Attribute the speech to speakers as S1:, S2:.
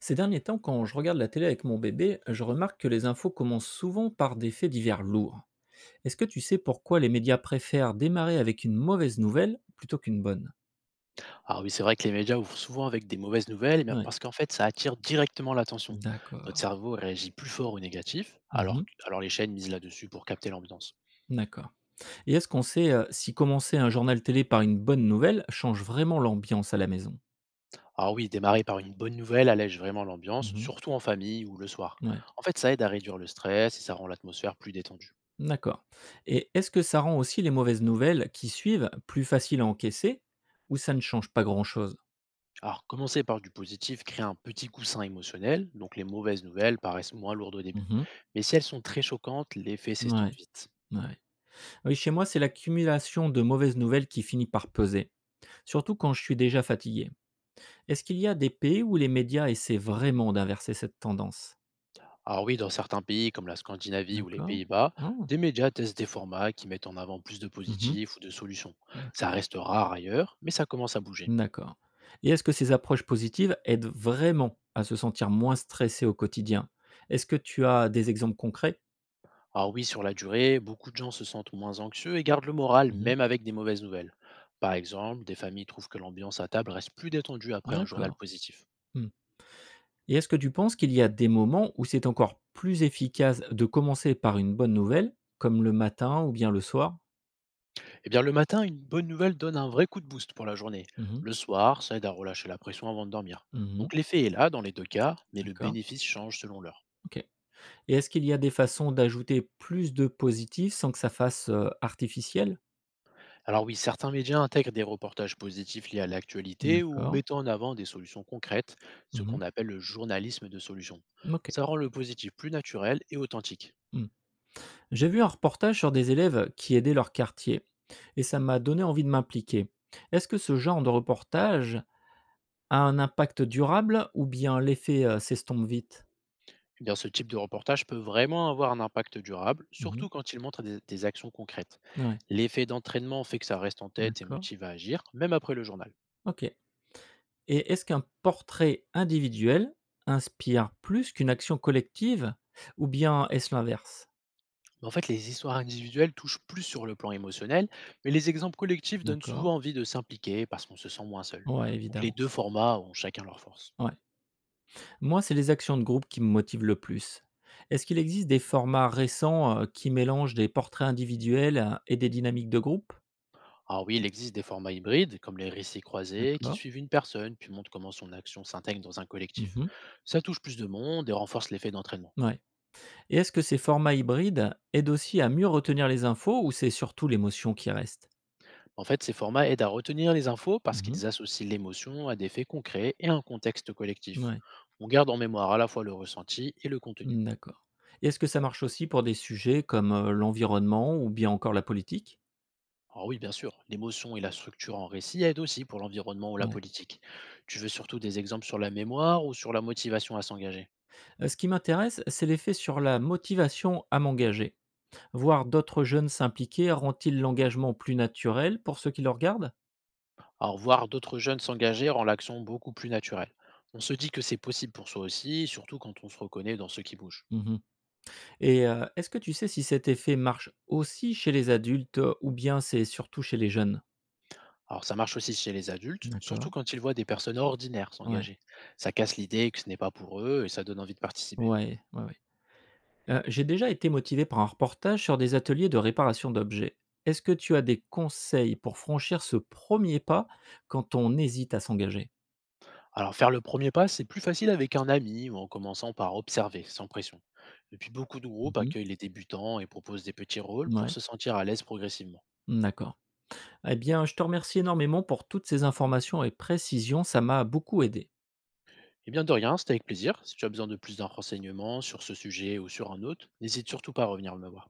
S1: Ces derniers temps, quand je regarde la télé avec mon bébé, je remarque que les infos commencent souvent par des faits divers lourds. Est-ce que tu sais pourquoi les médias préfèrent démarrer avec une mauvaise nouvelle plutôt qu'une bonne?
S2: Alors oui, c'est vrai que les médias ouvrent souvent avec des mauvaises nouvelles, mais
S1: Ouais,
S2: parce qu'en fait, ça attire directement l'attention. Notre
S1: d'accord.
S2: cerveau réagit plus fort au négatif, alors,
S1: Mhm,
S2: alors les chaînes misent là-dessus pour capter l'ambiance.
S1: d'accord. Et est-ce qu'on sait si commencer un journal télé par une bonne nouvelle change vraiment l'ambiance à la maison?
S2: Alors oui, démarrer par une bonne nouvelle allège vraiment l'ambiance,
S1: Mhm,
S2: surtout en famille ou le soir.
S1: ouais,
S2: En fait, ça aide à réduire le stress et ça rend l'atmosphère plus détendue.
S1: d'accord. Et est-ce que ça rend aussi les mauvaises nouvelles qui suivent plus faciles à encaisser, ou ça ne change pas grand-chose?
S2: Alors, commencer par du positif crée un petit coussin émotionnel, donc les mauvaises nouvelles paraissent moins lourdes au début.
S1: Mhm,
S2: Mais si elles sont très choquantes, l'effet s'estompe
S1: ouais.
S2: vite.
S1: Ouais. Oui, chez moi, c'est l'accumulation de mauvaises nouvelles qui finit par peser, surtout quand je suis déjà fatigué. Est-ce qu'il y a des pays où les médias essaient vraiment d'inverser cette tendance?
S2: Alors oui, dans certains pays comme la Scandinavie ou les
S1: D'accord.
S2: Pays-Bas,
S1: Ah,
S2: des médias testent des formats qui mettent en avant plus de
S1: mhm.
S2: positifs ou de solutions. Ça reste rare ailleurs, mais ça commence à bouger.
S1: D'accord. Et est-ce que ces approches positives aident vraiment à se sentir moins stressé au quotidien? Est-ce que tu as des exemples concrets?
S2: Alors oui, sur la durée, beaucoup de gens se sentent moins anxieux et gardent le moral
S1: Mhm.
S2: même avec des mauvaises nouvelles. Par exemple, des familles trouvent que l'ambiance à table reste plus détendue après un journal
S1: D'accord.
S2: positif.
S1: Hmm. Et est-ce que tu penses qu'il y a des moments où c'est encore plus efficace de commencer par une bonne nouvelle, comme le matin ou bien le soir?
S2: Eh bien, le matin, une bonne nouvelle donne un vrai coup de boost pour la journée.
S1: Mhm.
S2: Le soir, ça aide à relâcher la pression avant de dormir.
S1: Mhm.
S2: Donc l'effet est là dans les deux cas, mais le
S1: D'accord.
S2: bénéfice change selon l'heure.
S1: OK, et est-ce qu'il y a des façons d'ajouter plus de positif sans que ça fasse, artificiel?
S2: Alors oui, certains médias intègrent des reportages positifs liés à l'actualité ou
S1: D'accord.
S2: mettant en avant des solutions concrètes, ce
S1: Mmh.
S2: qu'on appelle le journalisme de solution.
S1: OK.
S2: Ça rend le positif plus naturel et authentique.
S1: Mmh. J'ai vu un reportage sur des élèves qui aidaient leur quartier et ça m'a donné envie de m'impliquer. Est-ce que ce genre de reportage a un impact durable ou bien l'effet, s'estompe vite?
S2: Eh bien, ce type de reportage peut vraiment avoir un impact durable,
S1: Mmh,
S2: surtout quand il montre des actions concrètes.
S1: ouais,
S2: L'effet d'entraînement fait que ça reste en tête et
S1: d'accord.
S2: motive à agir, même après le journal.
S1: OK, et est-ce qu'un portrait individuel inspire plus qu'une action collective, ou bien est-ce l'inverse?
S2: Mais en fait, les histoires individuelles touchent plus sur le plan émotionnel, mais les exemples collectifs donnent
S1: D'accord.
S2: souvent envie de s'impliquer parce qu'on se sent moins seul.
S1: Ouais,
S2: Donc les
S1: évidemment.
S2: deux formats ont chacun leur force.
S1: Ouais. Moi, c'est les actions de groupe qui me motivent le plus. Est-ce qu'il existe des formats récents, qui mélangent des portraits individuels, et des dynamiques de groupe?
S2: Alors oui, il existe des formats hybrides, comme les récits croisés, qui
S1: D'accord.
S2: suivent une personne, puis montrent comment son action s'intègre dans un collectif.
S1: Mmh,
S2: Ça touche plus de monde et renforce l'effet d'entraînement.
S1: ouais. Et est-ce que ces formats hybrides aident aussi à mieux retenir les infos, ou c'est surtout l'émotion qui reste?
S2: En fait, ces formats aident à retenir les infos parce
S1: Mmh,
S2: qu'ils associent l'émotion à des faits concrets et un contexte collectif.
S1: ouais.
S2: On garde en mémoire à la fois le ressenti et le contenu.
S1: Mmh, d'accord. Et est-ce que ça marche aussi pour des sujets comme, l'environnement ou bien encore la politique?
S2: Alors oui, bien sûr, l'émotion et la structure en récit aident aussi pour l'environnement ou la
S1: Ouais.
S2: politique. Tu veux surtout des exemples sur la mémoire ou sur la motivation à s'engager?
S1: Ce qui m'intéresse, c'est l'effet sur la motivation à m'engager. Voir d'autres jeunes s'impliquer rend-il l'engagement plus naturel pour ceux qui le regardent?
S2: Alors, voir d'autres jeunes s'engager rend l'action beaucoup plus naturelle. On se dit que c'est possible pour soi aussi, surtout quand on se reconnaît dans ce qui bouge.
S1: Mmh, et est-ce que tu sais si cet effet marche aussi chez les adultes, ou bien c'est surtout chez les jeunes?
S2: Alors, ça marche aussi chez les adultes, surtout
S1: D'accord.
S2: quand ils voient des personnes ordinaires
S1: Ouais.
S2: s'engager. Ça casse l'idée que ce n'est pas pour eux et ça donne envie de participer.
S1: Ouais, ouais, ouais. J'ai déjà été motivé par un reportage sur des ateliers de réparation d'objets. Est-ce que tu as des conseils pour franchir ce premier pas quand on hésite à s'engager?
S2: Alors, faire le premier pas, c'est plus facile avec un ami ou en commençant par observer, sans pression. Et puis, beaucoup de groupes
S1: Mmh,
S2: accueillent les débutants et proposent des petits rôles pour
S1: ouais.
S2: se sentir à l'aise progressivement.
S1: D'accord. Eh bien, je te remercie énormément pour toutes ces informations et précisions, ça m'a beaucoup aidé.
S2: Et bien de rien, c'était avec plaisir. Si tu as besoin de plus d'un renseignement sur ce sujet ou sur un autre, n'hésite surtout pas à revenir me voir.